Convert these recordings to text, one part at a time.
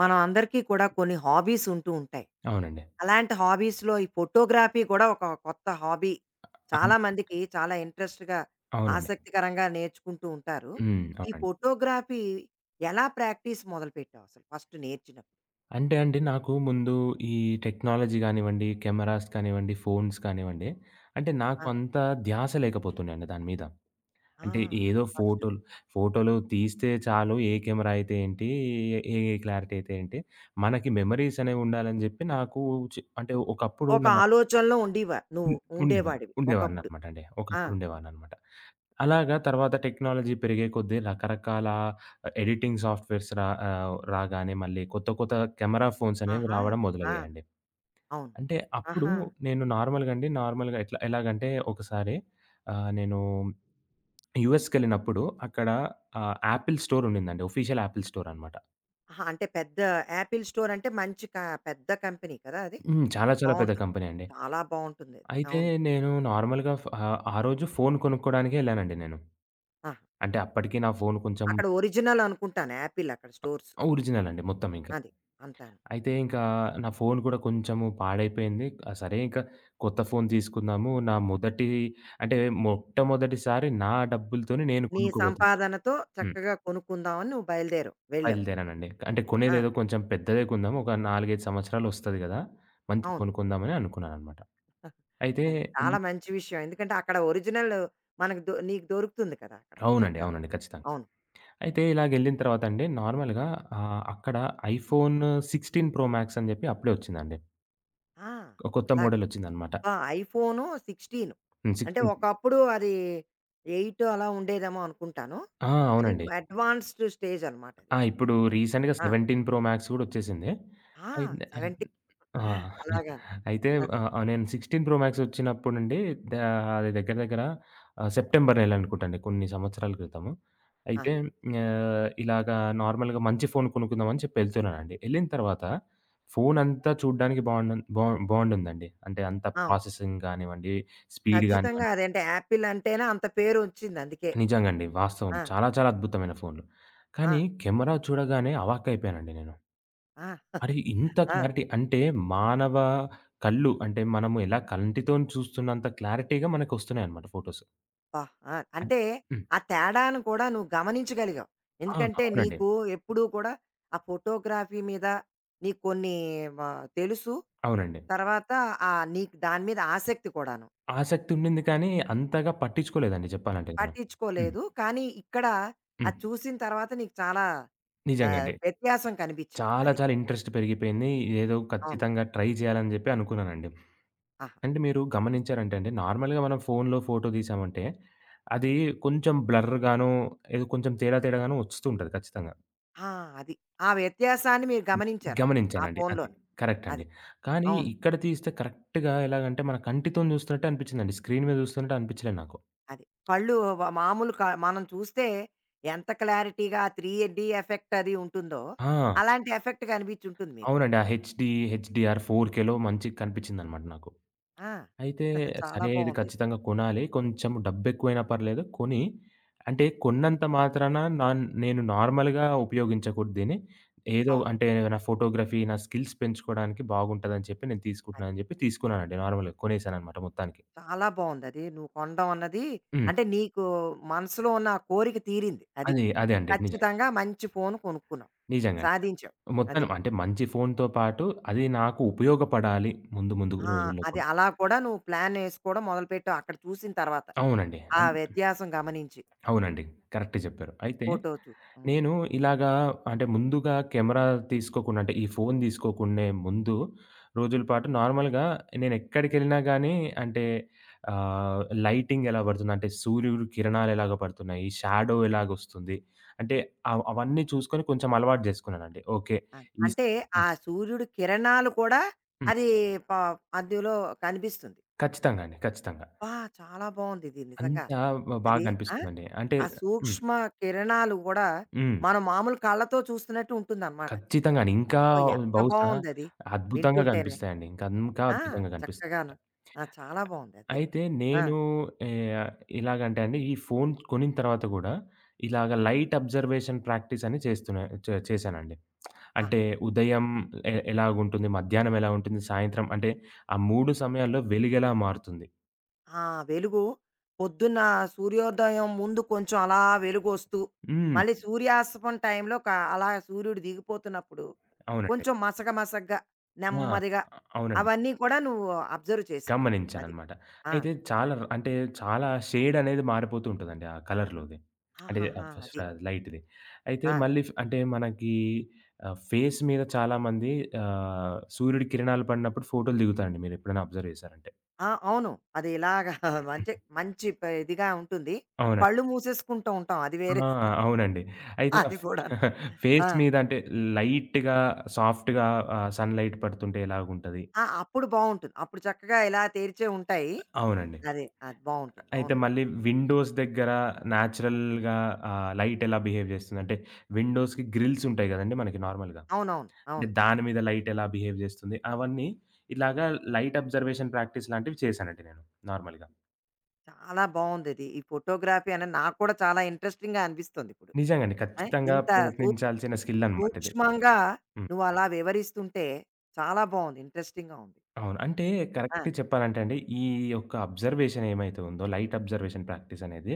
మనం అందరికీ కూడా కొన్ని హాబీస్ ఉంటూ ఉంటాయి. అవునండి. అలాంటి హాబీస్‌లో ఈ ఫోటోగ్రఫీ కూడా ఒక కొత్త హాబీ. చాలా అవును. మందికి చాలా ఇంట్రెస్ట్‌గా, అవునండి. ఆసక్తికరంగా నేర్చుకుంటూ ఉంటారు. హ్మ్. ఈ అవునండి. ఫోటోగ్రఫీ ఎలా ప్రాక్టీస్ మొదలుపెట్టావు అసలు ఫస్ట్ నేర్చినప్పుడు? అంటే అండి నాకు ముందు ఈ టెక్నాలజీ గానివ్వండి, కెమెరాస్ కానివ్వండి, ఫోన్స్ కానివ్వండి, అంటే నాకు ఆ! అంత ధ్యాస లేకపోతుండే అండి దాని మీద. ఆ! అంటే ఏదో అది ఫస్ట్. ఫోటోలు, ఫోటోలు తీస్తే చాలు ఏ కెమెరా అయితే ఏంటి, ఏ క్లారిటీ అయితే ఏంటి, మనకి మెమోరీస్ అనేవి ఉండాలని జెప్పి నాకు అంటే ఒకప్పుడు ఒక నా ఆలోచనలో ఉండీవ నువ్వు హ్మ్. ఉండేవారు. ఉండేవాడివి ఒకప్పుడు. ఉండేవాడిననమాట అండి. ఆ! ఒకప్పుడు ఉండేవాడిననమాట. అలాగా తర్వాత టెక్నాలజీ పెరిగే కొద్దీ రకరకాల ఎడిటింగ్ సాఫ్ట్‌వేర్స్ రాగానే మళ్ళీ కొత్త కొత్త కెమెరా ఫోన్స్ అనేవి ఆహా! రావడం ఆ! మొదలయ్యాయండి. అవును. అంటే అప్పుడు ఆహా! నేను నార్మల్‌గా అండి నార్మల్‌గా ఎట్లా ఎలాగంటే ఒకసారి నేను యూఎస్‌కెళ్ళినప్పుడు అక్కడ యాపిల్ స్టోర్ ఉండిందండి. ఒఫీషియల్ యాపిల్ స్టోర్ అనమాట. ఆహా! అంటే పెద్ద యాపిల్ స్టోర్ అంటే మంచి పెద్ద కంపెనీ కదా అది? హ్మ్. చాలా చాలా పెద్ద బావుంటుంది. కంపెనీ అండి. చాలా బావుంటుందది. అయితే అవును. నేను నార్మల్‌గా ఆ రోజు ఫోను కొనుక్కోడానికే ఎళ్ళానండి నేను. ఆహా! అంటే అప్పటికి హ్మ్. నా ఫోను కొంచెం అక్కడ ఒరిజినల్ అనుకుంటాను యాపిల్ అక్కడ స్టోర్స్. ఒరిజినల్ అండి మొత్తం ఇంకా. అది. అంతాను. అయితే ఇంకా నా ఫోను కూడా కొంచెము పాడైపోయింది. సరే ఇంకా కొత్త ఫోను తీసుకుందాము. నా మొదటి అంటే మొట్టమొదటిసారి నా డబ్బులతోనే నేను నీ కొనుక్కోబోతున్నా. సంపాదనతో హ్మ్. చక్కగా కొనుక్కుందామని నువ్వు బయలుదేరావు. వెళ్ళావు. బయలుదేరానండి. అంటే ఆ! కొనేదేదో కొంచెం పెద్దదే కొందాం. ఒక 4, 5 సంవత్సరాలు వస్తది గదా! మంచి అవును. ఫోను కొందామని అనుకున్నాననమాట. అయితే అది చాలా ఎల్లి- మంచి విషయం. ఎందుకంటే అక్కడ ఒరిజినల్ మనకు దొ నీకు దొరుకుతుంది కదా! అక్కడ అవునండి. చక్కగా. అవునండి. ఖచ్చితంగా. అవును. అయితే ఇలాగెళ్ళిన తర్వాత అండి నార్మల్‌గా అక్కడ ఐఫోన్ 16 ప్రో మాక్స్ అని జెప్పి అప్పుడే వచ్చిందండి. ఆ! ఒక కొత్త అలాగా. మోడల్ వచ్చిందనమాట. అబ్బా! ఐఫోను 16 హ్మ్. అంటే 16. ఒకప్పుడు అది 8 అలా ఉండేదేమో అనుకుంటాను. ఆ! అది అవునండి. అడ్వాన్స్డ్ స్టేజ్ అనమాట అది. ఆ! ఇప్పుడు రీసెంట్‌గా ఆ! 17 ప్రో మాక్స్ కూడా వచ్చేసింది. ఆ! అయిత్ అయిత్ 17 ఆ! అలాగా. అయితే అది. ఆహ్, ఆహ్, నేను 16 ప్రో మాక్స్ వచ్చినప్పుడండి ద అది దగ్గర దగ్గర సెప్టెంబర్ నెల అనుకుంటండి కొన్ని సంవత్సరాల క్రితము. ఆ! అయితే ఇలాగా నార్మల్‌గా మంచి ఫోన్ కొనుక్కుందామని చెప్పి ఎళ్తున్నానండి. ఎళ్ళిన తర్వాత ఫోన్ అంతా చూడ్డానికి బా బాగుండుందండి. అంటే అంత అవును. ప్రాసెసింగ్ కానివ్వండి, స్పీడ్ ఖచ్చితంగా కానివ్వండి. అదేంటే యాపిల్ అంటేనే అంత పేరొచ్చింది అందుకే. నిజంగండి. వాస్తవం. ఆ! చాలా చాలా అద్భుతమైన ఫోన్లు. ఆ! కానీ కెమెరా చూడగానే అవాక్కయిపోయానండి నేను. ఆ! అరే! ఇంత ఆ! క్లారిటీ అంటే మానవ కళ్ళు అంటే మనము ఎలా కంటితోని చూస్తున్నంత క్లారిటీగా మనకొస్తున్నాయన్నమాట ఫోటోస్. అబ్బా! ఆ! అన్ అంటే హ్మ్. ఆ తేడాను కూడా నువ్వు గమనించగలిగావు. ఆ! ఎందుకంటే అవునండి. నీకు ఎప్పుడూ కూడా ఆ ఫోటోగ్రఫీ మీద నీకు కొన్ని వ తెలుసు. అవునండి. తర్వాత నీకు దాని మీద ఆసక్తి కూడాను. ఆసక్తి ఉండింది కానీ అంతగా పట్టించుకోలేదండి చెప్పాలంటే నేను. హ్మ్. పట్టించుకోలేదు. కానీ ఇక్కడ హ్మ్. అది చూసిన తర్వాత నీకు చాలా నిజంగా అండి. వ్యత్యాసం కనిపించింది. చాలా అది. చాలా ఇంట్రెస్ట్ పెరిగిపోయింది. ఇదేదో అవును. ఖచ్చితంగా ట్రై చేయాలని చెప్పి అనుకున్నానండి. ఆహా! అంటే మీరు గమనించారంటే అండి నార్మల్‌గా మనం ఫోన్‌లో ఫోటో తీసామంటే అది కొంచెం బ్లర్‌గానో ఏదో కొంచెం తేడా తేడాగానో వస్తూ ఉంటది ఖచ్చితంగా. ఆ! అది. ఆ వ్యత్యాసాన్ని మీరు హ్మ్. గమనించారక్కడ. ఆ గమనించానండి. అది. ఫోనులోని. కరెక్ట్ అండి. అది. కానీ అవును. ఇక్కడ తీస్తే కరెక్ట్‌గా ఎలాగంటే మన కంటితోని చూస్తున్నట్టే అనిపించిందండి. స్క్రీన్ మీద చూస్తున్నట్టు అనిపించలేదు నాకు. అది. కళ్ళు వ మామూలు క మనం చూస్తే ఎంత క్లారిటీగా ఆ 3 డీ ఎఫెక్ట్ అది ఉంటుందో, ఆ! అలాంటి ఎఫెక్ట్ కనిపించుంటుంది మీకు. అవునండి. ఆ హెచ్‌డీ, హెచ్‌డీఆర్ 4కేలో మంచిగా కనిపించిందనమాట నాకు. ఆ! అయితే చాలా సరే ఇది బావుందిది. ఖచ్చితంగా కొనాలి. కొంచెం డబ్బెక్కువైనా పర్లేదు కొని అంటే కొన్నంత మాత్రాన నేను నార్మల్‌గా ఉపయోగించకూడదు దీన్ని. ఏదో అవును. అంటే నా ఫోటోగ్రఫీ, నా స్కిల్స్ పెంచుకోవడానికి బాగుంటదని చెప్పి నేను అది. తీసుకుంటున్నానని చెప్పి తీసుకున్నానండి నార్మల్‌గా కొనేసాననమాట మొత్తానికి. చాలా బావుందది. నువ్వు కొనడం అన్నది హ్మ్. అంటే నీకు మనసులో ఉన్న ఆ కోరిక తీరింది. అది. అదే. అదే అండి. నిజంగా. ఖచ్చితంగా మంచి ఫోను కొనుక్కున్నావు. నిజంగండి. సాధించావు. అది. మొత్తానికి అంటే మంచి ఫోన్‌తో పాటు అది నాకు ఉపయోగపడాలి ముందు ముందు ఆ! రోజుల్లో అది కూడా. అలా కూడా నువ్వు ప్లానేసుకోవడం మొదలుపెట్టావు అక్కడ చూసిన తర్వాత. అవునండి. ఆ వ్యత్యాసం గమనించి. అవునండి. కరెక్టే జెప్పారు. అయితే ఫోటో చూ హ్మ్. నేను ఇలాగా అంటే ముందుగా కెమెరా తీసుకోకుండా అంటే ఈ ఫోను తీసుకోకుండే ముందు రోజుల పాటు నార్మల్‌గా నేనెక్కడికెళ్ళినా గానీ అంటే లైటింగ్ ఎలా పడుతుంది? అంటే సూర్యుడు కిరణాలు ఎలాగ పడుతున్నాయి? షాడో ఎలాగొస్తుంది? అంటే అవన్నీ చూసుకొని కొంచెం అలవాటు జేసుకున్నానండి. ఓకే. అది. ఈస్ అంటే ఆ హ్మ్. సూర్యుడి కిరణాలు కూడా హ్మ్. అది ప అందులో కనిపిస్తుంది. ఖచ్చితంగా అండి. ఖచ్చితంగా. అబ్బా! చాలా బావుంది ఇది నిజంగా. అంత బాగా అది. ఆ! అనిపిస్తుందండి. అంటే ఆ హ్మ్. సూక్ష్మ కిరణాలు గూడా హ్మ్. మనం మామూలు కళ్ళతో చూస్తున్నట్టు ఉంటుందన్నమాట. ఖచ్చితంగానే. ఇంకా ఓహ్! ఎంత బహుశా బావుందది అద్భుతంగా వింటుంటేనే. కనిపిస్తాయండి. ఇంకా ఇంకా ఆ! అద్భుతంగా కనిపిస్తాయన్నమాట. చక్కగాను. ఆ! చాలా బావుంది అదే. అయితే ఆ! నేను ఆహ్, ఎలాగంటే అండి ఈ ఫోను కొనిన తర్వాత గూడా ఇలాగ లైట్ అబ్జర్వేషన్ ప్రాక్టీస్ అని చేస్తున్నా చే చేశానండి. ఆ! అంటే ఉదయం ఎలాగుంటుంది, మధ్యాహ్నం ఎలా ఉంటుంది, సాయంత్రం అంటే ఆ 3 సమయాల్లో వెలుగెలా మారుతుంది. ఆ వెలుగు పొద్దున్న సూర్యోదయం ముందు కొంచెం అలా వెలుగొస్తూ, హ్మ్. మళ్ళీ సూర్యాస్తమం టైంలో క అలా సూర్యుడు దిగిపోతున్నప్పుడు, అవునండి. కొంచెం మసక మసకగా, ఆ! నెమ్మదిగా అవునండి. అవన్నీ కూడా నువ్వు అబ్జర్వ్ చేసావు. అది. గమనించాననమాట. ఆ! అయితే చాలా అంటే చాలా షేడనేది మారిపోతూ ఉంటదండి ఆ కలర్‌లోది. అంటే ఆహాహా! ఫస్ట్ అది. లైట్‌ది. అయితే ఆ! మళ్ళీ అంటే మనకి ఫేస్ మీద చాలామంది సూర్యుడి కిరణాలు పడినప్పుడు ఫోటోలు దిగుతారండి మీరెప్పుడైనా అబ్జర్వ్ చేశారంటే. ఆ! అవును. అది ఇలాగా అంటే మంచి ఇదిగా ఉంటుంది. అవునండి. కళ్ళు మూసేసుకుంటూ ఉంటాం. అది వేరే ఆ! అవునండి. అయితే ఆ అది కూడాను. ఫేస్ ఆ! మీద అంటే లైట్‌గా, సాఫ్ట్‌గా సన్‌లైట్ పడుతుంటే ఎలాగుంటది ఆ! అప్పుడు బావుంటుంది. అప్పుడు చక్కగా ఇలా తెరిచే ఉంటాయి. అవునండి. అదే. అది బావుంటుంది. అయితే అవును. మళ్ళీ విండోస్ దగ్గర న్యాచురల్‌గా లైట్ ఎలా బిహేవ్ జేస్తుంది? అంటే విండోస్‌కి గ్రిల్స్ ఉంటాయి గదండీ మనకి నార్మల్‌గా. అవునవును. అంటే అవును. దాని మీద లైట్ ఎలా బిహేవ్ జేస్తుంది? అవన్నీ ఇలాగా లైట్ అబ్జర్వేషన్ ప్రాక్టీస్ లాంటివి చేశానండి నేను నార్మల్‌గా. చాలా బావుందిది. ఈ ఫోటోగ్రఫీ అనేది నాకు కూడా చాలా ఇంట్రెస్టింగ్‌గా అనిపిస్తుంది ఇప్పుడు. నిజంగండి. ఆ! ఖచ్చితంగా ఇంత సూ ప్రయత్నించాల్సిన స్కిల్ అనమాట ఇది. సూక్ష్మంగా హ్మ్. నువ్వలా వివరిస్తుంటే చాలా బావుంది. ఇంట్రెస్టింగ్‌గా ఉంది. అవును. అంటే ఆ! కరెక్ట్ చెప్పాలంటే అండి, ఈ యొక్క అబ్జర్వేషన్ ఏమైతే ఉందో లైట్ అబ్జర్వేషన్ ప్రాక్టీస్ అనేది,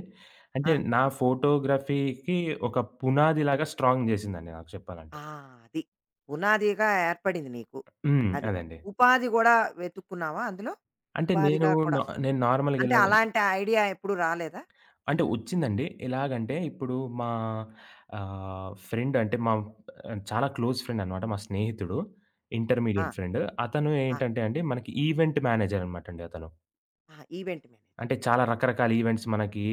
అంటే ఆ! నా ఫోటోగ్రఫీకి ఒక పునాదిలాగా స్ట్రాంగ్ జేసిందండి నాకు చెప్పాలంటే. ఆ! అది. పునాదిగా ఏర్పడింది నీకు. హ్మ్. అది. అదండి. ఉపాధి గూడా వెతుక్కున్నావా అందులో? అంటే ఉపాధిగా కూడా నేను నార్మల్‌గా అంటే ఇలాగ అలాంటి ఐడియా ఎప్పుడు రాలేదా? అంటే అంటే ఒచ్చిందండి. ఎలాగంటే ఇప్పుడు మా ఫ్రెండ్ అంటే మా ఆ, చాలా క్లోజ్ ఫ్రెండ్ అనమాట. మా స్నేహితుడు. ఆ! Intermediate friend. అతను ఆ! ఏంటంటే అండి మనకి ఈవెంట్ మేనేజర్ అనమాటండి అతను. ఆ! Event manager. అంటే చాలా ఓకే. రకరకాల ఈవెంట్స్ మనకి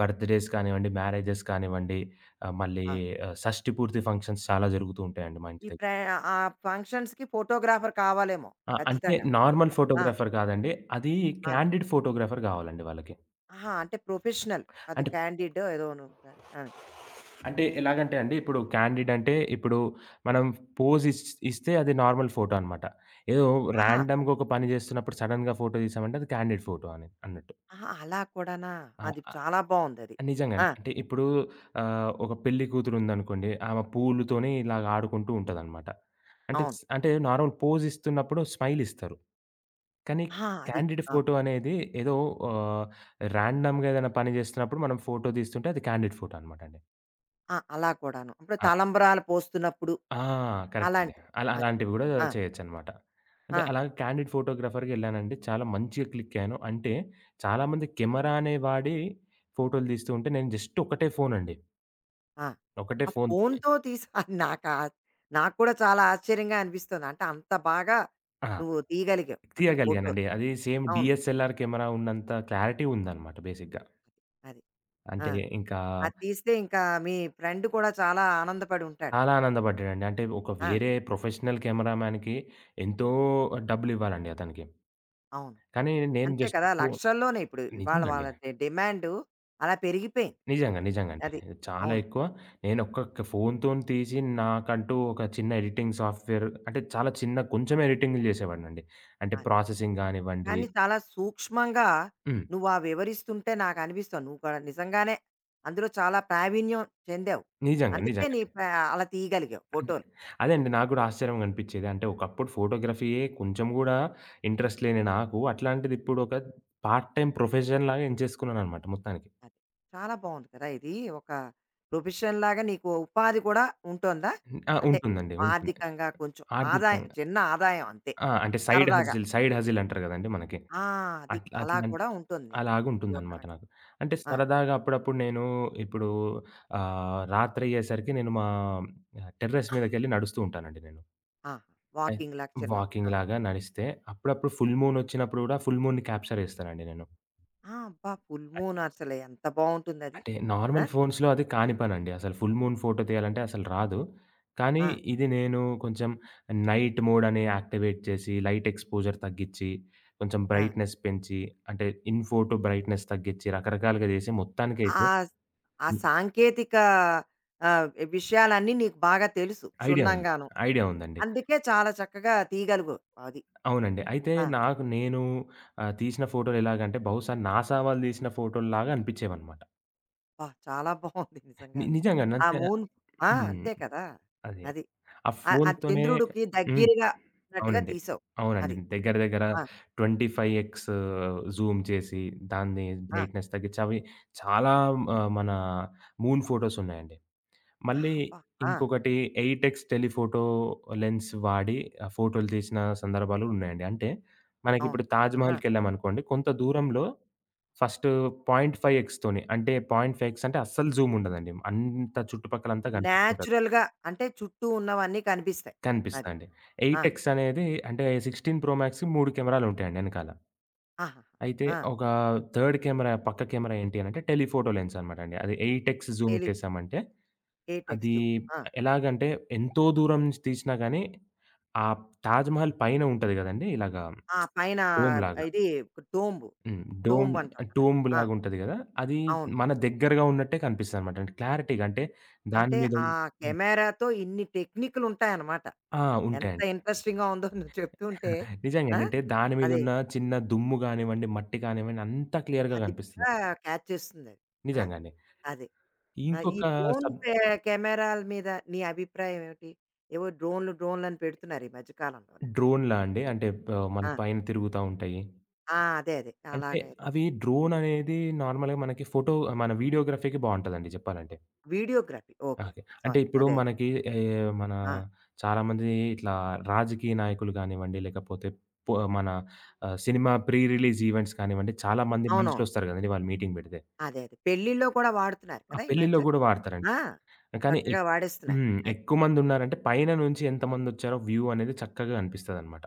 బర్త్‌డేస్ కానివ్వండి, మ్యారేజెస్ కానివ్వండి, ఆహ్, మళ్ళీ ఆ! షష్టి పూర్తి ఫంక్షన్స్ చాలా జరుగుతూ ఉంటాయండి మా ఇంటి ఈ దగ్గర. ప్ర ఆ ఫంక్షన్స్‌కి ఫోటోగ్రాఫర్ కావాలేమో ఆ! అంటే ఖచ్చితంగా. నార్మల్ ఆ! ఫోటోగ్రాఫర్ కాదండి. అది ఆ! క్యాండిడ్ ఫోటోగ్రాఫర్ కావాలండి వాళ్ళకి. ఆహా! అంటే ప్రొఫెషనల్. అది క్యాండిడో ఏదోను ఉంటది. ఆ! అంటే ఎలాగంటే అండి, ఇప్పుడు క్యాండిడ్ అంటే ఇప్పుడు మనం పోజ్ ఇస్తే అది నార్మల్ ఫోటో అనమాట. ఏదో ఓకే. ఆహా! రాండమ్‌గా ఒక పని జేస్తున్నప్పుడు సడెన్‌గా ఫోటో తీసామంటే అది క్యాండిడ్ ఫోటో అని అన్నట్టు. ఆహా! అలా కూడానా? ఆ! అది ఆ! చాలా బావుందది. ఆ! నిజంగానే. అంటే ఇప్పుడు ఒక పెళ్లి కూతురుందనుకోండి, ఆమె పూలుతోని ఇలాగ ఆడుకుంటూ ఉంటదనమాట. అంటే అవును. అంటే నార్మల్ పోజ్ ఇస్తున్నప్పుడు స్మైల్ ఇస్తారు. కానీ ఆహా! అది. క్యాండిడ్ ఆ! ఫోటో అనేది ఏదో ఆహ్, రాండమ్‌గా ఏదైనా పని జేస్తున్నప్పుడు మనం ఫోటో తీస్తుంటే అది క్యాండిడ్ ఫోటో అనమాట అండి. ఆ! అలా కూడాను. ఇప్పుడు తలంబ్రాలు పోస్తున్నప్పుడు ఆ! కరెక్ట్ అండి. అలాంటివి. అలా అది. అలాంటివి గూడా ఆ! చేయొచ్చనమాట. అంటే ఆ! అలా క్యాండిడ్ ఫోటోగ్రాఫర్‌గెళ్ళానండి. చాలా మంచిగా క్లిక్కయ్యాను. అంటే చాలామంది కెమెరానే వాడి ఫోటోలు తీస్తూ ఉంటే నేను జస్ట్ ఒకటే ఫోనండి. ఆ! ఒకటే ఆ ఫోన్‌తోనే ఫోనుతో తీసి నాకా నాకు కూడా చాలా ఆశ్చర్యంగా అనిపిస్తుంది. అంటే అంత బాగా ఆ! నువ్వు తీయగలిగావు అక్కడ ఫోటోలు. తీయగలిగానండి. అది సేమ్ అవును. డీఎస్ఎల్ఆర్ కెమెరా ఉన్నంత క్లారిటీ ఉందనమాట బేసిక్‌గా. అది. అది. ఆ! అంటే ఇంకా అది తీస్తే ఇంకా మీ ఫ్రెండ్ కూడా చాలా ఆనందపడి ఉంటాడు. చాలా ఆనందపడ్డానండి. అంటే ఒక ఆ! వేరే ప్రొఫెషనల్ కెమెరామాన్‌కి ఎంతో డబ్బులివ్వాలండి అతనికి. అవును. కానీ నేను అంతే జస్ట్ కదా! ఫోన్ లక్షల్లోనే ఇప్పుడు. ఇవాళ నిజంగండి. వాళ్ళ డిమాండు అలా పెరిగిపోయింది. నిజంగా. నిజంగండి. అది. చాలా అవును. ఎక్కువ. నేను ఒక్క ఫోన్‌తోని తీసి నాకంటూ ఒక చిన్న ఎడిటింగ్ సాఫ్ట్‌వేర్ అంటే చాలా చిన్న కొంచెం ఎడిటింగ్‌లు చేసేవాడినండి. అంటే అది. ప్రాసెసింగ్ గానివ్వండి కానీ చాలా సూక్ష్మంగా హ్మ్. నువ్వా వివరిస్తుంటే నాకనిపిస్తోంది. నువ్వు కూడా నిజంగానే అందులో చాలా ప్రావీణ్యం చెందావు. నిజంగా. అందుకే నీ నిజంగానే. ప అలా తీయగలిగావు అంటే ఫోటోలు. అదే అండి నాకు గూడా ఆశ్చర్యంగా అనిపిచ్చేది. అంటే ఒకప్పుడు ఫోటోగ్రఫీయే కొంచెం గూడా ఇంట్రెస్ట్ లేని నాకు అట్లాంటిది ఇప్పుడు ఒక పార్ట్ టైమ్ ప్రొఫెషన్ లాగా ఎంచేసుకున్నాననమాట మొత్తానికి. అది. చాలా బావుంది కదా! ఇది ఒక ప్రొఫెషన్‌లాగా నీకు ఉపాధి కూడా ఉంటోందా? ఆ! అంటే ఉంటుందండి. ఉంటుంది. ఆర్థికంగా కొంచెం ఆదాయం ఆర్థికంగా చిన్న ఆదాయం అంతే. ఆ! అంటే సరదాగా. సైడ్ హజిల్ అంటారు గదండీ మనకి. ఆ! అది. అలా అట్లాంటి కూడా ఉంటుంది నీకు. ఇది ఒక అలాగుంటుందనమాట రకం. నాకు. అంటే ఆ! సరదాగా అప్పుడప్పుడు నేను ఇప్పుడు రాత్రయ్యేసరికి నేను మా టెర్రస్ మీదకెళ్ళి నడుస్తూ ఉంటానండి నేను. ఆహా! అయి వాకింగ్ లాగా చిన్నది. ఆ! వాకింగ్‌లాగా నడిస్తే అప్పుడప్పుడు ఫుల్ మూన్ ఒచ్చినప్పుడు గూడా ఫుల్ మూన్‌ని క్యాప్చర్ జేస్తానండి నేను. ఆ! అబ్బా! ఫుల్ మూన్ అసలు ఎంత బావుంటుందది. అంటే ఆ! నార్మల్ ఫోన్స్‌లో అది కాని పనండి. అసలు ఫుల్ మూన్ ఫోటో తీయాలంటే అసలు రాదు. కానీ ఆ! ఇది నేను కొంచెం నైట్ మోడ్ అని యాక్టివేట్ చేసి, లైట్ ఎక్స్‌పోజర్ తగ్గించి, కొంచెం ఆ! బ్రైట్‌నెస్ పెంచి, అంటే ఇన్ ఫోటో బ్రైట్‌నెస్ తగ్గించి, రకరకాలుగా చేసి మొత్తానికైతే ఆస్ ఆ హ్మ్. సాంకేతిక ఆహ్, విషయాలన్నీ నీకు బాగా తెలుసు ఐడియా ఉంది. క్షుణ్ణంగాను. ఐడియా ఉందండి. అందుకే చాలా చక్కగా తీయగలిగావు అది. అవునండి. అయితే ఆ! నాకు నేను తీసిన ఫోటోలు ఎలాగంటే బహుశా నాసా వాళ్ళు తీసిన ఫోటోల్లాగా అనిపించేవన్నమాట. అబ్బా! చాలా బావుంది నిజంగా. ఆ నిజంగానంటే మూన్ ఆ! హ్మ్. అంతే కదా! అదే. అది. ఆ ఆ ఆ ఫోన్‌తోనే చంద్రుడికి హ్మ్. దగ్గరగా ఉన్నట్టుగా అవునండి. తీశావు. అవునండి. అది. దగ్గర దగ్గర ఆ! 25 ఎక్స్ జూమ్ చేసి, దాన్ని ఆ! బ్రైట్‌నెస్ తగ్గించి అవి చాలా మన మూన్ ఫోటోస్ ఉన్నాయండి. ఆ! మళ్ళీ అబ్బా! ఆ! ఇంకొకటి 8 ఎక్స్ టెలిఫోటో లెన్స్ వాడి ఆ ఫోటోలు తీసిన సందర్భాలు ఉన్నాయండి. అంటే అవును. మనకిప్పుడు ఆ! 'తాజ్‌మహల్‌కెళ్ళామనుకోండి' కొంత దూరంలో ఫస్ట్ 0.5 ఎక్స్‌తోని అంటే 0.5 ఎక్స్ అంటే అస్సలు జూమ్ ఉండదండి. అంత చుట్టుపక్కలంతా కనిపిస్తుంటది. నేచురల్‌గా అంటే చుట్టూ ఉన్నవన్నీ కనిపిస్తాయి. అది. కనిపిస్తాయండి. ఆ! 8 ఎక్స్ అనేది అంటే 16 ప్రో మాక్స్‌కి 3 కెమెరాలుంటాయండి ఎనకాల. ఆహాహా! అయితే ఆ! ఒక థర్డ్ కెమెరా, పక్క కెమెరా ఏంటి అనంటే టెలిఫోటో లెన్స్ అనమాట అండి. అది 8 ఎక్స్ జూమ్ టెలి చేశామంటే, ఏ టెక్స్ట్ అది జూమ్. ఆ! ఎలాగంటే ఎంతో దూరం నుంచి తీసినా గానీ, ఆ తాజ్‌మహల్ పైన ఉంటది గదండీ! ఇలాగా ఆ పైన డోమ్‌లాగా. ఇది టోంబ్. హ్మ్. డోమ్ టోంబ్ అంటాం కదా! ఆ! టూంబ్‌లాగుంటది గదా! అది అవును. మన దగ్గరగా ఉన్నట్టే కనిపిస్తదనమాట. అంటే క్లారిటీగా అంటే దాని అంటే మీద ఆ హ్మ్. కెమెరాతో ఇన్ని టెక్నికులుంటాయన్నమాట. ఆ! ఎంత ఉంటాయండి. ఇంట్రెస్టింగ్‌గా ఉందో నువ్వు చెప్తుంటే. ఆ! నిజంగానే. అంటే దాని అదే. మీదున్న చిన్న దుమ్ము గానివ్వండి, మట్టి కానివ్వండి అంతా క్లియర్‌గా అది కనిపిస్తది. కూడా క్యాచ్ చేస్తుందది. ఆ! నిజంగానే. అదే. ఆ! ఈ ఇంకొక డ్రోన్ సబ్ కె కెమెరాల మీద నీ అభిప్రాయం ఏమిటి? ఏవో డ్రోన్లు డ్రోన్లని పెడుతున్నారు ఈ మధ్య కాలంలోని. డ్రోన్‌లా అండి? అంటే మన ఆ! పైన తిరుగుతా ఉంటాయి. ఆ! అదే. అదే. అంటే అలాగే ఏదో అవి డ్రోన్ అనేది నార్మల్‌గా మనకి ఫోటో మన వీడియోగ్రఫీకి బావుంటదండి చెప్పాలంటే. వీడియోగ్రఫీ. ఓకే. ఓకే. ఓకే. అంటే సారీ. ఇప్పుడు అదే. అదే. మనకి మన ఆ! చాలామంది ఇట్లా రాజకీయ నాయకులు కానివ్వండి, లేకపోతే మన సినిమా ప్రీ రిలీజ్ ఈవెంట్స్ కానివ్వండి, చాలా మంది అవునవును. మనుషులొస్తారు కదండీ! వాళ్ళు మీటింగ్ పెడితే. అదే అదే. పెళ్ళిళ్ళో కూడా వాడుతున్నారు ఆ కదా! ఈ పెళ్ళిలో మధ్య. గూడా వాడతారండి. ఆ! కానీ చక్కగా ఎక్ వాడేస్తున్నారు. హ్మ్. అది. ఎక్కువ మందున్నారంటే పైన నుంచి ఎంతమందొచ్చారో వ్యూ అనేది చక్కగా అనిపిస్తదనమాట.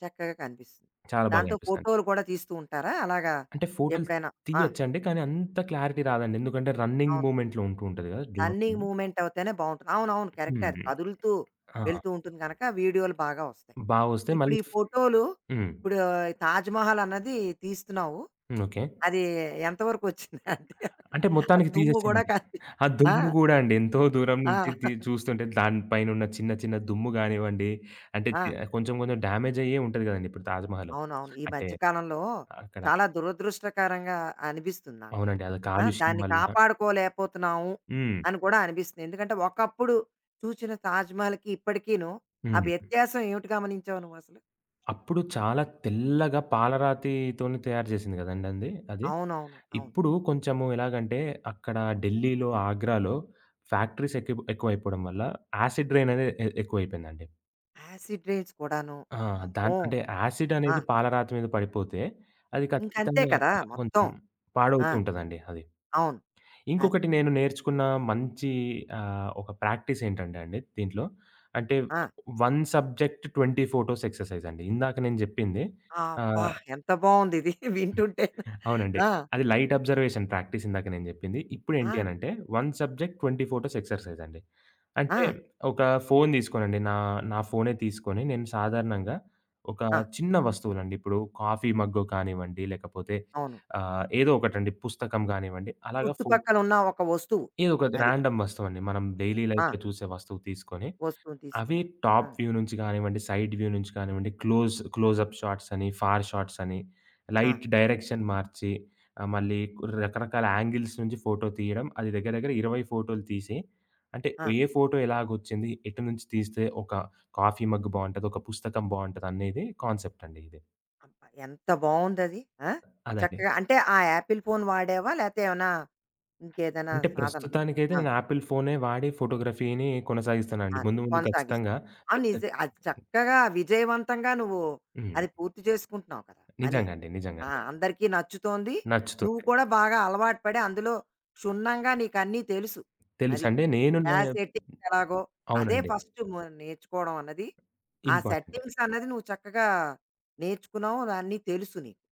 చక్కగా కనిపిస్తుంది. చాలా బాగా దాంతో అనిపిస్తంది. ఫోటోలు కూడా తీస్తూ ఉంటారా? అలాగా అంటే ఫోటోలు ఎప్పుడైనా ఆ! తీయొచ్చండి. కానీ అంత క్లారిటీ రాదండి. ఎందుకంటే రన్నింగ్ అవును. మూవ్‌మెంట్‌లో ఉంటూ ఉంటది గదా! అన్నీ డ్రోను. మూవ్‌మెంట్ అవుతేనే బావుంటుంది. అవునవును. కరెక్టే అది. హ్మ్. కదులుతూ ఆ! వెళ్తూ ఉంటుంది గనక వీడియోలు బాగా వస్తాయి. బా వస్తే ఇప్పుడు మళ్ళీ ఈ ఫ్ ఫోటోలు హ్మ్. ఇప్పుడు తాజ్‌మహల్ అన్నది తీస్తున్నావు. హ్మ్. ఓకే. అది ఎంతవరకొచ్చింది? అంటే అక్కడ అంటే ఆ మొత్తానికి దుమ్ము గూడా తీసేసామండి. ఆ ఆ! దుమ్ము గూడా అండి. ఎంతో దూరం నుంచి ఆ! తీ చూస్తుంటే దాని పైనున్న చిన్న చిన్న దుమ్ము గానివ్వండి, అంటే ఆ! కొంచెం కొంచెం డ్యామేజ్ అయ్యే ఉంటది గదండీ ఇప్పుడు తాజ్‌మహల్. అవునవును. ఈ అంటే మధ్య కాలంలో అక్కడ చాలా దురదృష్టకరంగా అనిపిస్తుంది నాకు. అవునండి. అది ఆ! కాలుష్యం దాన్ని వల్ల కాపాడుకోలేకపోతున్నాము హ్మ్. అని కూడా అనిపిస్తుంది. ఎందుకంటే, ఒకప్పుడు చూచిన తాజ్‌మహల్‌కి ఇప్పటికీను ఆ హ్మ్. వ్యత్యాసం ఏమిటి గమనించావు నువ్వసలు? అప్పుడు చాలా తెల్లగా పాలరాతితోని తయారు చేసింది కదండీ అంది అది. అవునవును. అవును. ఇప్పుడు కొంచెము ఎలాగంటే అక్కడ ఢిల్లీలో, ఆగ్రాలో ఫ్యాక్టరీస్ ఎక్కి ఎక్కువైపోవడం వల్ల యాసిడ్ రైన్ హ్మ్. అనేది ఎక్కువైపోయిందండి. యాసిడ్ రైన్స్ కూడాను. ఆ! అమ్మో! అంటే యాసిడ్ ఆ! అనేది పాలరాతి మీద పడిపోతే అది ఇంకంతే ఖచ్చితంగా కదా! మొత్తం. కొంచెం ఆ! పాడవుతూ ఉంటదండి అది. అవును. అది. ఇంకొకటి నేను నేర్చుకున్న మంచి ఒక ప్రాక్టీస్ ఏంటంటే అండి దీంట్లో అంటే ఆ! 1 సబ్జెక్ట్ 20 ఫోటోస్ ఎక్సర్సైజ్ అండి. ఇందాక నేను చెప్పింది అబ్బా! ఆహ్ ఎంత బావుందిది వింటుంటేను. అవునండి. ఆ! అది లైట్ అబ్జర్వేషన్ ప్రాక్టీస్ ఇందాక నేను జెప్పింది. ఆ! ఇప్పుడేంటి అనంటే, 1 సబ్జెక్ట్ 20 ఫోటోస్ ఎక్సర్‌సైజ్ అండి. అంటే ఆ! ఒక ఫోను దీసుకోనండి. నా నా ఫోనే తీసుకొని నేను సాధారణంగా ఒక ఆ! చిన్న వస్తువులండి. ఇప్పుడు కాఫీ మగ్గు కానివ్వండి, లేకపోతే అవును. ఏదో ఒకటండి పుస్తకం గానివ్వండి, అలాగా చుట్టుపక్కలున్న ఒక వస్తువు. ఏదో ఒక అది. రాండమ్ వస్తువండి. మనం డైలీ ఆ! లైఫ్‌లో చూసే వస్తువు తీసుకొని వస్తువుని అవి తీసుకున్నారు. ఆ! టాప్ వ్యూ నుంచి కానివ్వండి, సైడ్ వ్యూ నుంచి కానివ్వండి, క్లోజప్ షాట్స్ అని, ఫార్ షాట్స్ అని, ఆ! లైట్ డైరెక్షన్ మార్చి మళ్ళీ రకరకాల యాంగిల్స్ నుంచి ఫోటో తీయడం. అది దగ్గర దగ్గర 20 ఫోటోలు తీసి, అంటే ఆ! ఏ ఫోటో ఎలాగొచ్చింది, ఎటు నుంచి తీస్తే ఒక కాఫీ మగ్ బావుంటది, ఒక పుస్తకం బావుంటది అనేది కాన్సెప్ట్ అండి ఇది. అబ్బా! ఎంత బావుందది. ఆ! అదండి. చక్కగా అంటే ఆ యాపిల్ ఫోన్ వాడావా? లేతే ఏమన్నా ఇంకేదైనా అంటే సాధన? ప్రస్తుతానికైతే ఆ! నేను యాపిల్ ఫోనే వాడి ఫోటోగ్రఫీని కొనసాగిస్తానండి. అదే ముందు ముందు ఖచ్చితంగా కొనసాగిస్తున్నావు. అవును పెద్ద నిజే అది చక్కగా విజయవంతంగా నువ్వు హ్మ్. అది పూర్తి చేసుకుంటున్నావు కదా! పని. నిజంగా అండి. నిజంగా ఆ! అండి. అందరికీ నచ్చుతోంది. నువ్వు నచ్చుతుంది. కూడా బాగా అలవాటు పడి అందులో క్షుణ్ణంగా నీకన్నీ తెలుసు. అది. తెలుసండి. నేను నా ఆ సెట్టింగ్స్ ఎలాగో అదే అవునండి. ఫస్ట్ నేర్చుకోవడం అన్నది. ఆ ఇంపార్టెంట్. సెట్టింగ్స్ అన్నది నువ్వు చక్కగా నేర్చుకున్నావు. అన్నీ తెలుసు నీకు.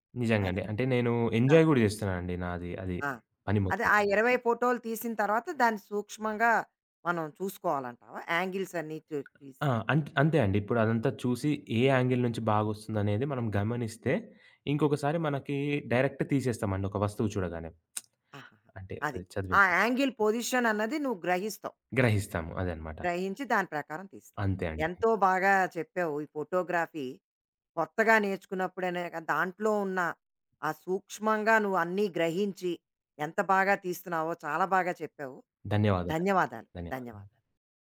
అది. నిజంగండి. అంటే నేను ఆ! ఎంజాయ్ గూడా జేస్తున్నానండి నాది అది ఆ! పని అదే మొత్తం. ఆ 20 ఫోటోలు తీసిన తర్వాత దాన్ని సూక్ష్మంగా మనం చూసుకోవాలంటావా? యాంగిల్స్ అన్నీ ఆ! చూసి. అంతే అండి. ఇప్పుడు అదంతా చూసి ఏ యాంగిల్ నుంచి బాగొస్తుందనేది మనం గమనిస్తే, ఇంకొకసారి మనకి డైరెక్ట్ తీసేస్తామండి ఒక వస్తువు చూడగానే. ఆహాహా! అంటే అది. అది ఆ చదివింది. యాంగిల్ పొజిషన్ అన్నది నువ్వు గ్రహిస్తావు అక్కడ. గ్రహిస్తాము అదనమాట. గ్రహించి దాని ప్రకారం తీస్తావు. అంతే అండి. ఎంతో బాగా చెప్పావు. ఈ ఫోటోగ్రఫీ కొత్తగా నేర్చుకున్నప్పుడైనా కా దాంట్లో ఉన్న ఆ సూక్ష్మంగా నువ్వు అన్నీ గ్రహించి ఎంత బాగా తీస్తున్నావో చాలా బాగా చెప్పావు. ధన్యవాదాలండి. ధన్యవాదాలు. ధన్యవాదాలు. ధన్యవాదాలు.